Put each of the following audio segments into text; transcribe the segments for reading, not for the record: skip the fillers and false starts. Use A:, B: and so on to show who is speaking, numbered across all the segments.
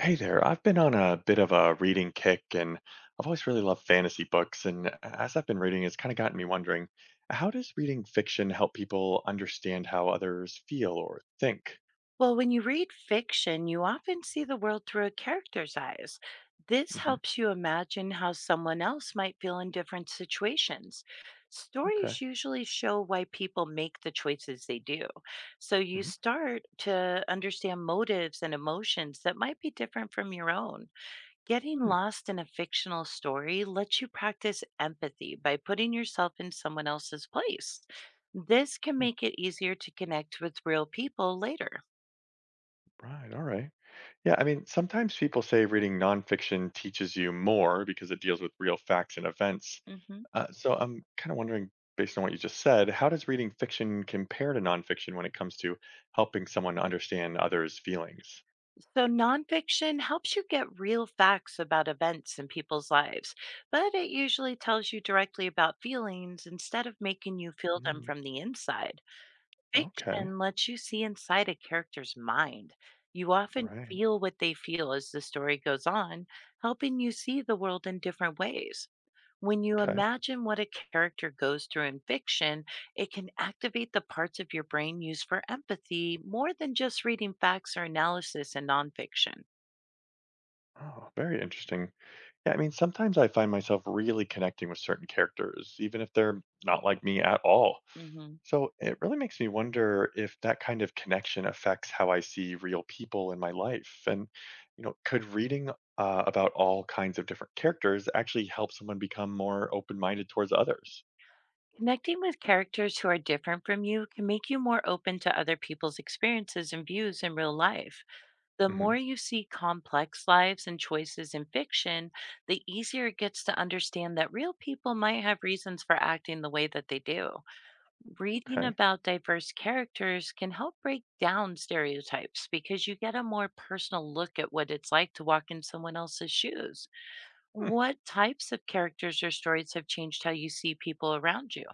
A: Hey there. I've been on a bit of a reading kick and I've always really loved fantasy books. And as I've been reading, it's kind of gotten me wondering, how does reading fiction help people understand how others feel or think?
B: Well, when you read fiction, you often see the world through a character's eyes. This
A: Hmm.
B: helps you imagine how someone else might feel in different situations.
A: Okay.
B: Stories usually show why people make the choices they do. So you
A: Hmm.
B: start to understand motives and emotions that might be different from your own. Getting
A: Hmm.
B: lost in a fictional story lets you practice empathy by putting yourself in someone else's place. This can
A: Mm.
B: make it easier to connect with real people later.
A: Right. All right. Yeah. I mean, sometimes people say reading nonfiction teaches you more because it deals with real facts and events.
B: Hmm.
A: So I'm kind of wondering, based on what you just said, how does reading fiction compare to nonfiction when it comes to helping someone understand others' feelings?
B: So, nonfiction helps you get real facts about events in people's lives, but it usually tells you directly about feelings instead of making you feel them
A: Mm.
B: from the inside.
A: Okay.
B: Fiction lets you see inside a character's mind. You often
A: Right.
B: feel what they feel as the story goes on, helping you see the world in different ways. When you
A: Okay.
B: imagine what a character goes through in fiction, it can activate the parts of your brain used for empathy more than just reading facts or analysis in nonfiction.
A: Oh, very interesting. Yeah, I mean, sometimes I find myself really connecting with certain characters, even if they're not like me at all.
B: Hmm.
A: So it really makes me wonder if that kind of connection affects how I see real people in my life. And, could reading about all kinds of different characters actually help someone become more open minded towards others?
B: Connecting with characters who are different from you can make you more open to other people's experiences and views in real life. The
A: Hmm.
B: more you see complex lives and choices in fiction, the easier it gets to understand that real people might have reasons for acting the way that they do. Reading
A: Okay.
B: about diverse characters can help break down stereotypes because you get a more personal look at what it's like to walk in someone else's shoes.
A: Hmm.
B: What types of characters or stories have changed how you see people around you?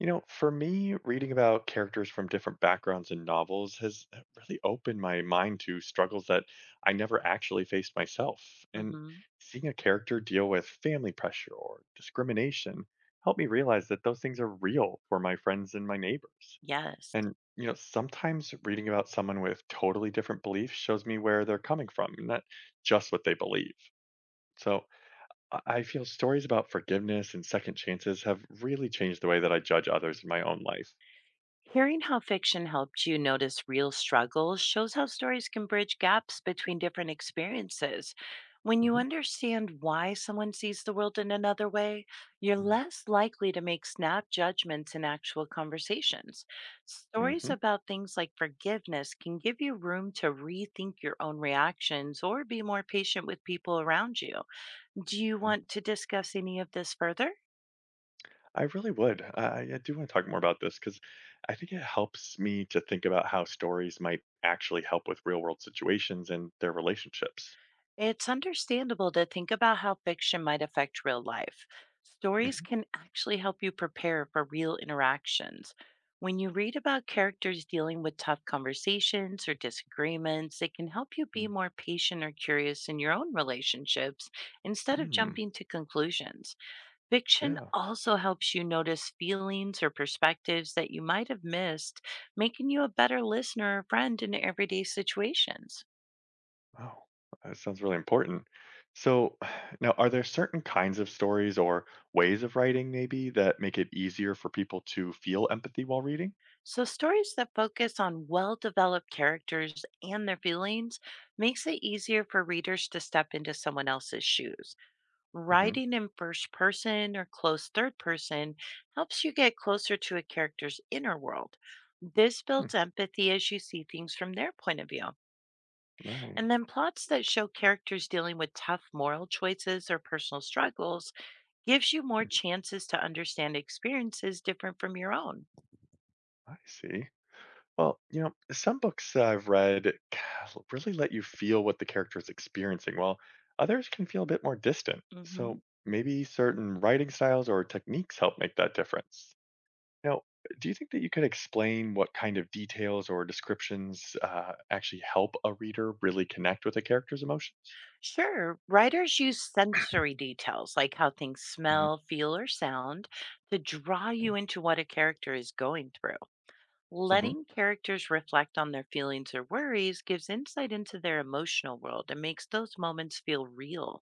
A: For me, reading about characters from different backgrounds in novels has really opened my mind to struggles that I never actually faced myself. And
B: Hmm.
A: seeing a character deal with family pressure or discrimination helped me realize that those things are real for my friends and my neighbors.
B: Yes.
A: And, sometimes reading about someone with totally different beliefs shows me where they're coming from, not just what they believe. So, I feel stories about forgiveness and second chances have really changed the way that I judge others in my own life.
B: Hearing how fiction helped you notice real struggles shows how stories can bridge gaps between different experiences. When you understand why someone sees the world in another way, you're
A: Hmm.
B: less likely to make snap judgments in actual conversations. Stories
A: Hmm.
B: about things like forgiveness can give you room to rethink your own reactions or be more patient with people around you. Do you
A: Yeah.
B: want to discuss any of this further?
A: I really would. I do want to talk more about this because I think it helps me to think about how stories might actually help with real world situations and their relationships.
B: It's understandable to think about how fiction might affect real life. Stories
A: Hmm.
B: can actually help you prepare for real interactions. When you read about characters dealing with tough conversations or disagreements, it can help you be more patient or curious in your own relationships instead of
A: Mm.
B: jumping to conclusions. Fiction
A: Yeah.
B: also helps you notice feelings or perspectives that you might have missed, making you a better listener or friend in everyday situations.
A: Wow. That sounds really important. So, now, are there certain kinds of stories or ways of writing, maybe, that make it easier for people to feel empathy while reading?
B: So stories that focus on well-developed characters and their feelings makes it easier for readers to step into someone else's shoes.
A: Hmm.
B: Writing in first person or close third person helps you get closer to a character's inner world. This builds empathy as you see things from their point of view.
A: Right.
B: And then plots that show characters dealing with tough moral choices or personal struggles gives you more
A: Mm.
B: chances to understand experiences different from your own.
A: I see. Well, some books that I've read really let you feel what the character is experiencing, while others can feel a bit more distant.
B: Hmm.
A: So maybe certain writing styles or techniques help make that difference. Now, do you think that you could explain what kind of details or descriptions actually help a reader really connect with a character's emotions?
B: Sure. Writers use sensory details like how things
A: Mhm.
B: smell, feel, or sound to draw you
A: Okay.
B: into what a character is going through.
A: Hmm.
B: Letting characters reflect on their feelings or worries gives insight into their emotional world and makes those moments feel real.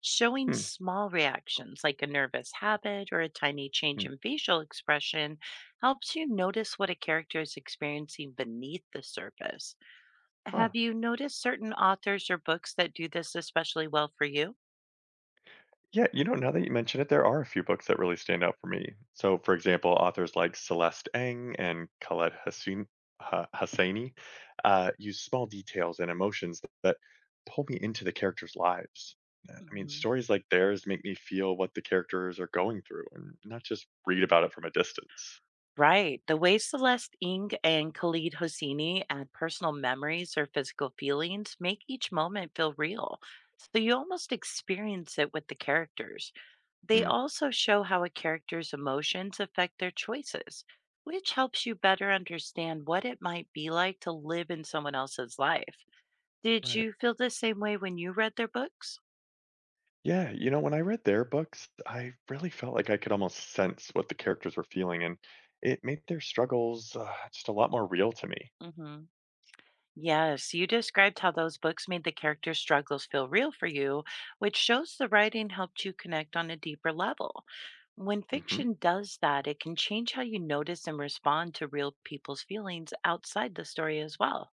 B: Showing
A: Hmm.
B: small reactions like a nervous habit or a tiny change
A: Hmm.
B: in facial expression helps you notice what a character is experiencing beneath the surface.
A: Huh.
B: Have you noticed certain authors or books that do this especially well for you?
A: Yeah, now that you mention it, there are a few books that really stand out for me. So, for example, authors like Celeste Ng and Khaled Hossein, Hosseini use small details and emotions that pull me into the characters' lives. I mean,
B: Mhm.
A: stories like theirs make me feel what the characters are going through and not just read about it from a distance.
B: Right. The way Celeste Ng and Khalid Hosseini add personal memories or physical feelings make each moment feel real. So you almost experience it with the characters. They
A: Hmm.
B: also show how a character's emotions affect their choices, which helps you better understand what it might be like to live in someone else's life. Did
A: Right.
B: you feel the same way when you read their books?
A: Yeah, when I read their books, I really felt like I could almost sense what the characters were feeling, and it made their struggles just a lot more real to me.
B: Hmm. Yes, you described how those books made the characters' struggles feel real for you, which shows the writing helped you connect on a deeper level. When
A: Hmm.
B: fiction does that, it can change how you notice and respond to real people's feelings outside the story as well.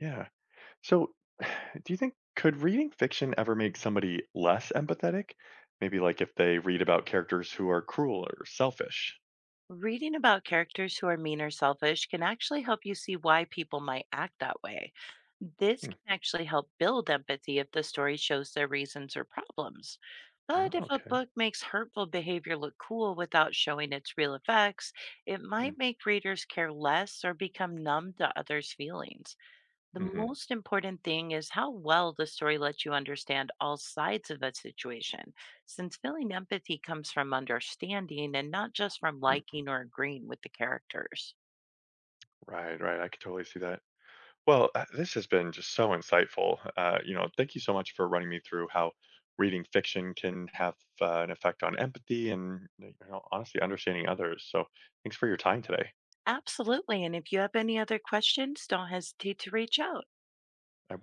A: Yeah. So, do you think could reading fiction ever make somebody less empathetic? Maybe like if they read about characters who are cruel or selfish.
B: Reading about characters who are mean or selfish can actually help you see why people might act that way. This
A: Hmm.
B: can actually help build empathy if the story shows their reasons or problems. But
A: Oh,
B: if a
A: okay.
B: book makes hurtful behavior look cool without showing its real effects, it
A: Hmm.
B: might make readers care less or become numb to others' feelings. The
A: Mm-hmm.
B: most important thing is how well the story lets you understand all sides of a situation, since feeling empathy comes from understanding and not just from
A: Hmm.
B: liking or agreeing with the characters.
A: Right, right. I could totally see that. Well, this has been just so insightful. Thank you so much for running me through how reading fiction can have an effect on empathy and honestly understanding others. So, thanks for your time today.
B: Absolutely. And if you have any other questions, don't hesitate to reach out.
A: I